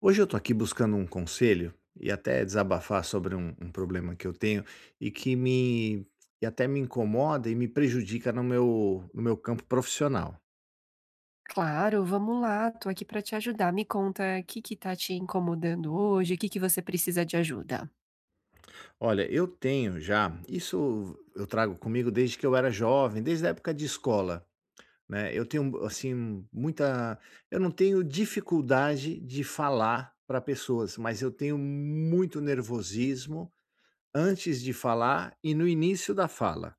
Hoje eu estou aqui buscando um conselho e até desabafar sobre um problema que eu tenho e que me e até me incomoda e me prejudica no meu campo profissional. Claro, vamos lá, tô aqui para te ajudar. Me conta o que que tá te incomodando hoje. O que que você precisa de ajuda? Olha, eu tenho já, isso eu trago comigo desde que eu era jovem, desde a época de escola, né? Eu tenho assim muita, eu não tenho dificuldade de falar para pessoas, mas eu tenho muito nervosismo antes de falar e no início da fala.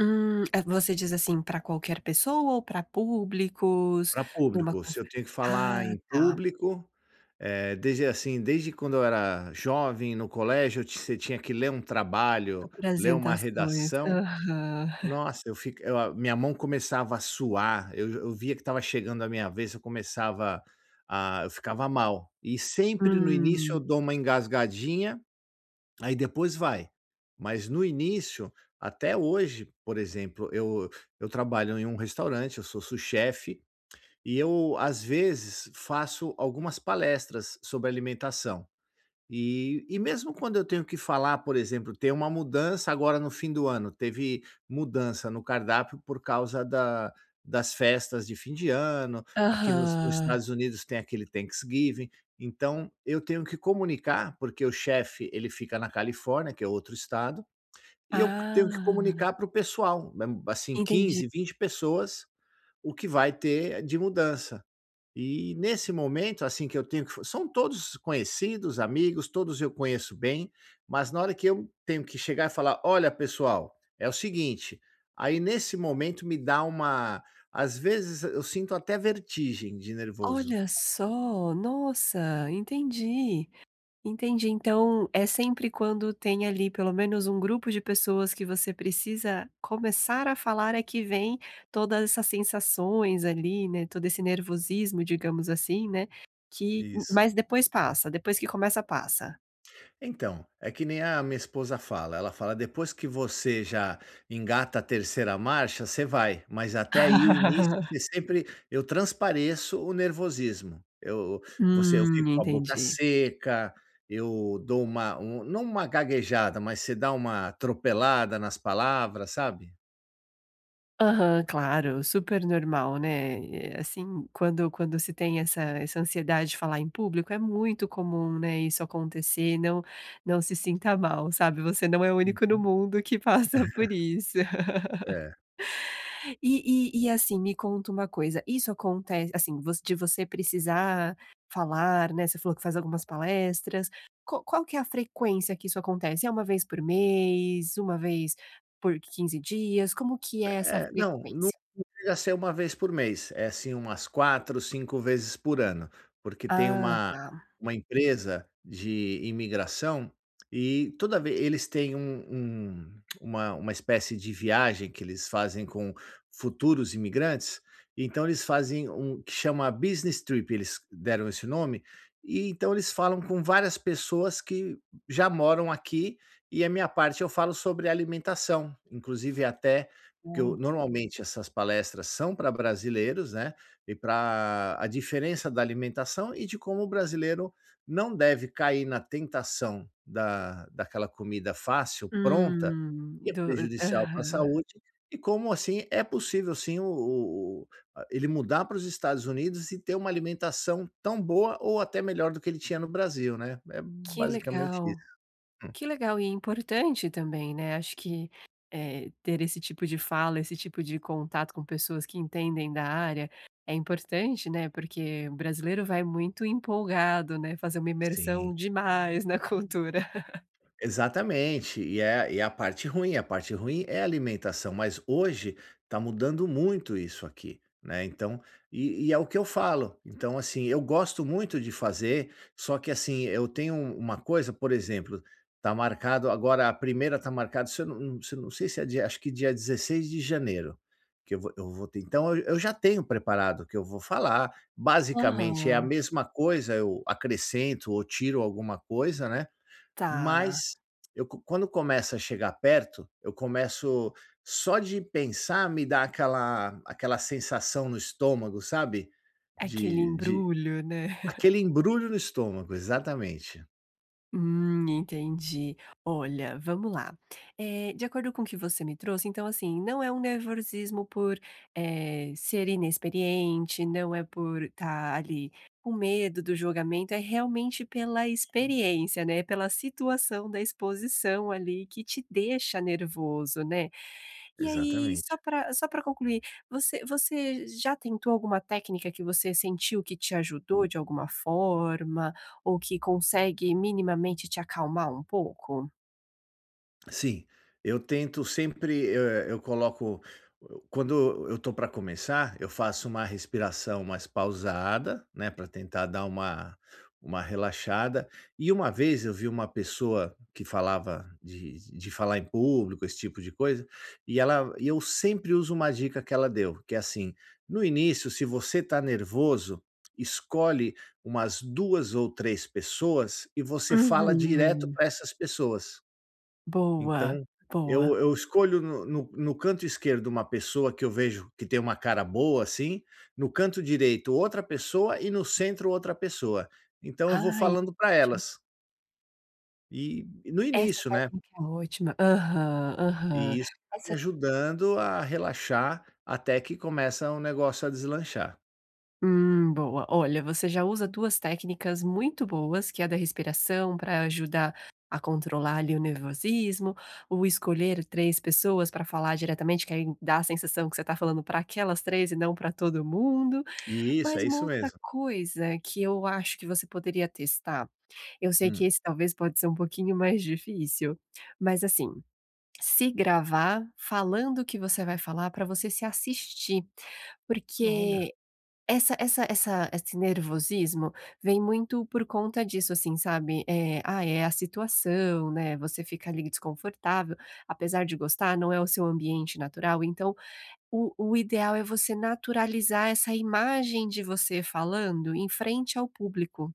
Você diz assim, para qualquer pessoa ou para públicos, Para numa público, se eu confer tenho que falar Ah, em tá. público, desde assim, desde quando eu era jovem, no colégio, eu ti você tinha que ler um trabalho, ler uma Apresentações. redação. Aham. Nossa, eu fico, eu a minha mão começava a suar, eu via que estava chegando a minha vez, eu começava a eu ficava mal. E sempre no início eu Hum. dou uma engasgadinha, aí depois vai. Mas no início, até hoje, por exemplo, eu trabalho em um restaurante, eu sou sous-chefe e eu, às vezes, faço algumas palestras sobre alimentação. E mesmo quando eu tenho que falar, por exemplo, tem uma mudança agora no fim do ano, teve mudança no cardápio por causa das festas de fim de ano. Aqui nos Aham. Estados Unidos tem aquele Thanksgiving, então eu tenho que comunicar, porque o chefe ele fica na Califórnia, que é outro estado, e eu tenho que Ah, comunicar para o pessoal, né, assim, entendi. 15, 20 pessoas, o que vai ter de mudança. E nesse momento, assim, que eu tenho que são todos conhecidos, amigos, todos eu conheço bem, mas na hora que eu tenho que chegar e falar: "Olha, pessoal, é o seguinte", aí nesse momento me dá uma, às vezes eu sinto até vertigem de nervoso. Olha só, nossa, entendi. Entendi. Então, é sempre quando tem ali pelo menos um grupo de pessoas que você precisa começar a falar é que vem todas essas sensações ali, né, todo esse nervosismo, digamos assim, né, que Isso. mas depois passa, depois que começa, passa. Então, é que nem a minha esposa fala, ela fala: "Depois que você já engata a terceira marcha, você vai", mas até aí o início você sempre eu transpareço o nervosismo. Eu fico com a boca Entendi. seca, eu dou uma um não uma gaguejada, mas você dá uma atropelada nas palavras, sabe? Aham, claro, super normal, né, assim, quando se tem essa ansiedade de falar em público, é muito comum, né, isso acontecer. Não não se sinta mal, sabe, você não é o único no Uhum. mundo que passa por isso. É. Assim, me conta uma coisa, isso acontece assim, você precisar falar, né. Você falou que faz algumas palestras. Qual que é a frequência que isso acontece? É uma vez por mês, uma vez por 15 dias, como que é essa É, não, não frequência? chega a ser uma vez por mês, é assim umas 4, 5 vezes por ano, porque tem Ah, tá. uma empresa de imigração e toda vez eles têm uma espécie de viagem que eles fazem com futuros imigrantes, então eles fazem um que chama business trip, eles deram esse nome, e então eles falam com várias pessoas que já moram aqui, e a minha parte eu falo sobre alimentação, inclusive até porque o Ó. normalmente essas palestras são para brasileiros, né, e para a diferença da alimentação e de como o brasileiro não deve cair na tentação da daquela comida fácil, pronta, Hum. que é prejudicial para a Aham. saúde, e como, assim, é possível sim o a ele mudar para os Estados Unidos e ter uma alimentação tão boa ou até melhor do que ele tinha no Brasil, né. É Que basicamente legal, isso. que legal, e é importante também, né, acho que, ter esse tipo de fala, esse tipo de contato com pessoas que entendem da área é importante, né, porque o brasileiro vai muito empolgado, né, fazer uma Sim. imersão demais na cultura. Exatamente, e é a parte ruim é a alimentação, mas hoje está mudando muito isso aqui, né, então é o que eu falo. Então, assim, eu gosto muito de fazer, só que, assim, eu tenho uma coisa, por exemplo, tá marcado agora a primeira, tá marcado, se eu não sei se é dia, acho que dia 16 de janeiro, que eu vou ter. Então eu já tenho preparado o que eu vou falar, basicamente é a Aham, mesma coisa, eu acrescento ou tiro alguma coisa, né, tá. mas eu co quando começa a chegar perto, eu começo, só de pensar me dá aquela sensação no estômago, sabe? Aquele De embrulho, né. Aquele embrulho no estômago, exatamente, Entendi. Olha, vamos lá. De acordo com o que você me trouxe, então, assim, não é um nervosismo por ser inexperiente, não é por estar ali com medo do julgamento. É realmente pela experiência, né, pela situação da exposição ali que te deixa nervoso, né? E aí, exatamente. Só para concluir, você já tentou alguma técnica que você sentiu que te ajudou de alguma forma, ou que consegue minimamente te acalmar um pouco? Sim, eu tento sempre, eu coloco quando eu estou para começar, eu faço uma respiração mais pausada, né, para tentar dar uma relaxada. E uma vez eu vi uma pessoa que falava de falar em público, esse tipo de coisa, e ela e eu sempre uso uma dica que ela deu, que é assim: no início, se você está nervoso, escolhe umas 2 ou 3 pessoas e você fala direto Uhum. para essas pessoas. Boa, Então, boa. Eu escolho no canto esquerdo uma pessoa que eu vejo que tem uma cara boa, assim, no canto direito outra pessoa e no centro outra pessoa. Então eu vou Ai, falando para ótimo. elas, e no Essa início, né, técnica é ótima. Aham, aham. e isso me Essa ajudando a relaxar até que começa o negócio a deslanchar. Boa. Olha, você já usa 2 técnicas muito boas, que é a da respiração para ajudar a controlar ali o nervosismo, o escolher 3 pessoas para falar diretamente, que aí dá a sensação que você está falando para aquelas 3 e não para todo mundo. Isso, Mas é uma isso outra mesmo. coisa que eu acho que você poderia testar, eu sei que Hum. esse talvez pode ser um pouquinho mais difícil, mas assim, se gravar falando o que você vai falar para você se assistir. Olha. Porque essa essa essa esse nervosismo vem muito por conta disso, assim, sabe, ah, é a situação, né, você fica ali desconfortável, apesar de gostar, não é o seu ambiente natural. Então o ideal é você naturalizar essa imagem de você falando em frente ao público.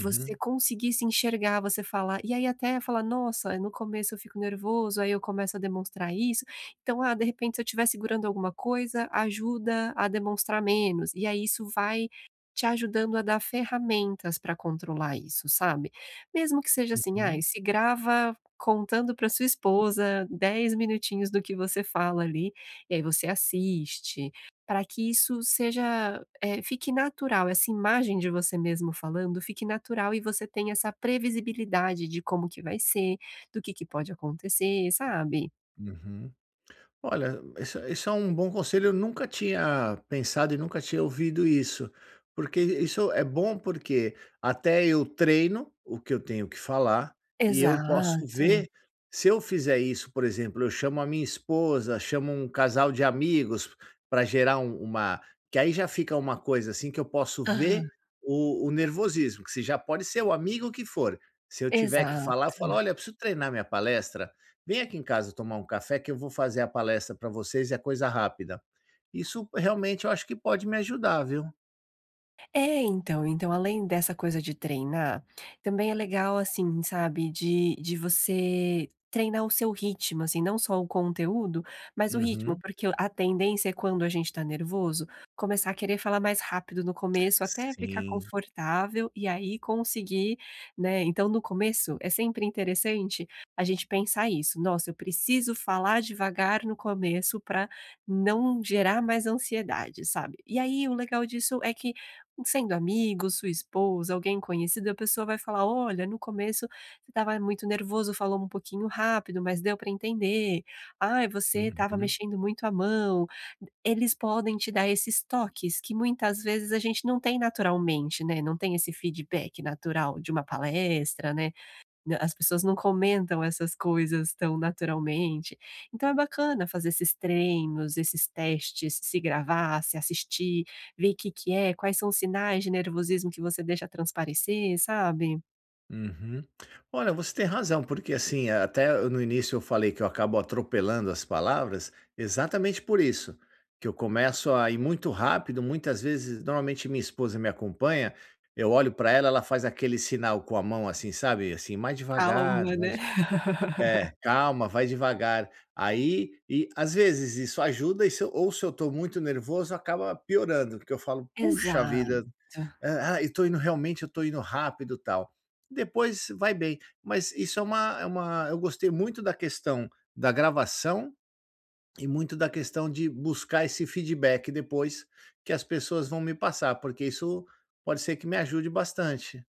Você conseguir se enxergar, você falar e aí até falar: "Nossa, no começo eu fico nervoso, aí eu começo a demonstrar isso, então, ah, de repente se eu estiver segurando alguma coisa, ajuda a demonstrar menos", e aí isso vai te ajudando a dar ferramentas para controlar isso, sabe. Mesmo que seja assim, ah, uhum, se grava contando para sua esposa 10 minutinhos do que você fala ali, e aí você assiste, para que isso seja fique natural, essa imagem de você mesmo falando fique natural e você tenha essa previsibilidade de como que vai ser, do que pode acontecer, sabe? uhum. Olha, isso é um bom conselho. Eu nunca tinha pensado e nunca tinha ouvido isso. Porque isso é bom porque até eu treino o que eu tenho que falar e eu posso Exato. ver, se eu fizer isso, por exemplo, eu chamo a minha esposa, chamo um casal de amigos para gerar uma. Que aí já fica uma coisa assim que eu posso Aham, ver o nervosismo, que se já pode ser o amigo que for. Se eu tiver que falar, eu falo: exato. olha, eu preciso treinar minha palestra. Vem aqui em casa tomar um café que eu vou fazer a palestra para vocês e é coisa rápida. Isso realmente eu acho que pode me ajudar, viu. É, então além dessa coisa de treinar, também é legal, assim, sabe, de você treinar o seu ritmo, assim, não só o conteúdo, mas o ritmo, Uhum. porque a tendência é quando a gente tá nervoso, começar a querer falar mais rápido no começo, até ficar Sim. confortável e aí conseguir, né. Então no começo é sempre interessante a gente pensar isso: "Nossa, eu preciso falar devagar no começo para não gerar mais ansiedade", sabe. E aí o legal disso é que sendo amigos, sua esposa, alguém conhecido, a pessoa vai falar: "Olha, no começo você estava muito nervoso, falou um pouquinho rápido, mas deu para entender. Ai, você estava Uhum, mexendo muito a mão". Eles podem te dar esses toques que muitas vezes a gente não tem naturalmente, né, não tem esse feedback natural de uma palestra, né, né, as pessoas não comentam essas coisas tão naturalmente. Então é bacana fazer esses treinos, esses testes, se gravar, se assistir, ver o que que é, quais são os sinais de nervosismo que você deixa transparecer, sabe. uhum. Olha, você tem razão, porque assim, até no início eu falei que eu acabo atropelando as palavras, exatamente por isso, que eu começo a ir muito rápido, muitas vezes normalmente minha esposa me acompanha, eu olho para ela, ela faz aquele sinal com a mão assim, sabe, assim: "Mais devagar, Calma, né. mais". É, calma, vai devagar. Aí e às vezes isso ajuda, e se eu estou muito nervoso acaba piorando, porque eu falo: "Puxa vida, Exato. ah, eu estou indo realmente eu estou indo rápido e tal". Depois vai bem, mas é uma, eu gostei muito da questão da gravação e muito da questão de buscar esse feedback depois que as pessoas vão me passar, porque isso pode ser que me ajude bastante.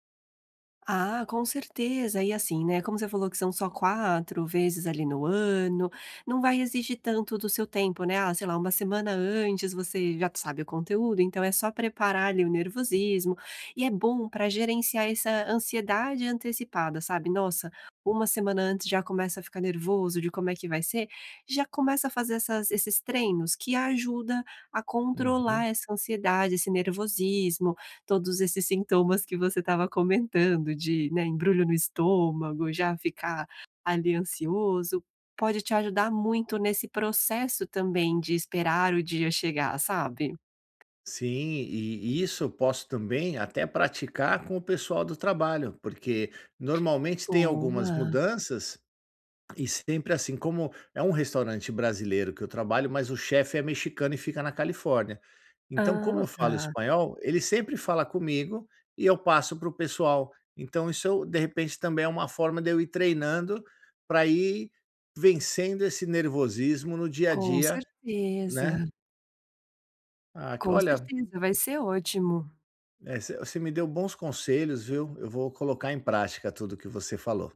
Ah, com certeza. E assim, né, como você falou que são só 4 vezes ali no ano, não vai exigir tanto do seu tempo, né. Ah, sei lá, uma semana antes você já sabe o conteúdo, então é só preparar ali o nervosismo. E é bom para gerenciar essa ansiedade antecipada, sabe. Nossa, uma semana antes já começa a ficar nervoso de como é que vai ser, já começa a fazer essas esses treinos que ajuda a Uhum. controlar essa ansiedade, esse nervosismo, todos esses sintomas que você estava comentando de, né, embrulho no estômago, já ficar ali ansioso, pode te ajudar muito nesse processo também de esperar o dia chegar, sabe. Sim, e isso eu posso também até praticar com o pessoal do trabalho, porque normalmente tem algumas Boa. mudanças e sempre assim, como é um restaurante brasileiro que eu trabalho, mas o chefe é mexicano e fica na Califórnia. Então, Ah, como eu falo tá. espanhol, ele sempre fala comigo e eu passo para o pessoal. Então, isso eu, de repente, também é uma forma de eu ir treinando para ir vencendo esse nervosismo no dia a Com dia, né? certeza, Ah, que com olha, certeza, vai ser ótimo. é, você me deu bons conselhos, viu? Eu vou colocar em prática tudo que você falou.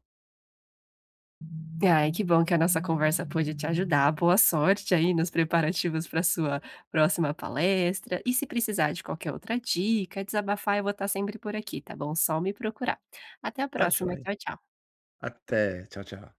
Ai, que bom que a nossa conversa pôde te ajudar. Boa sorte aí nos preparativos para sua próxima palestra. E se precisar de qualquer outra dica, desabafar, eu vou estar sempre por aqui, tá bom? Só me procurar. Até a Tá próxima. joia. Tchau, tchau. Até. Tchau, tchau.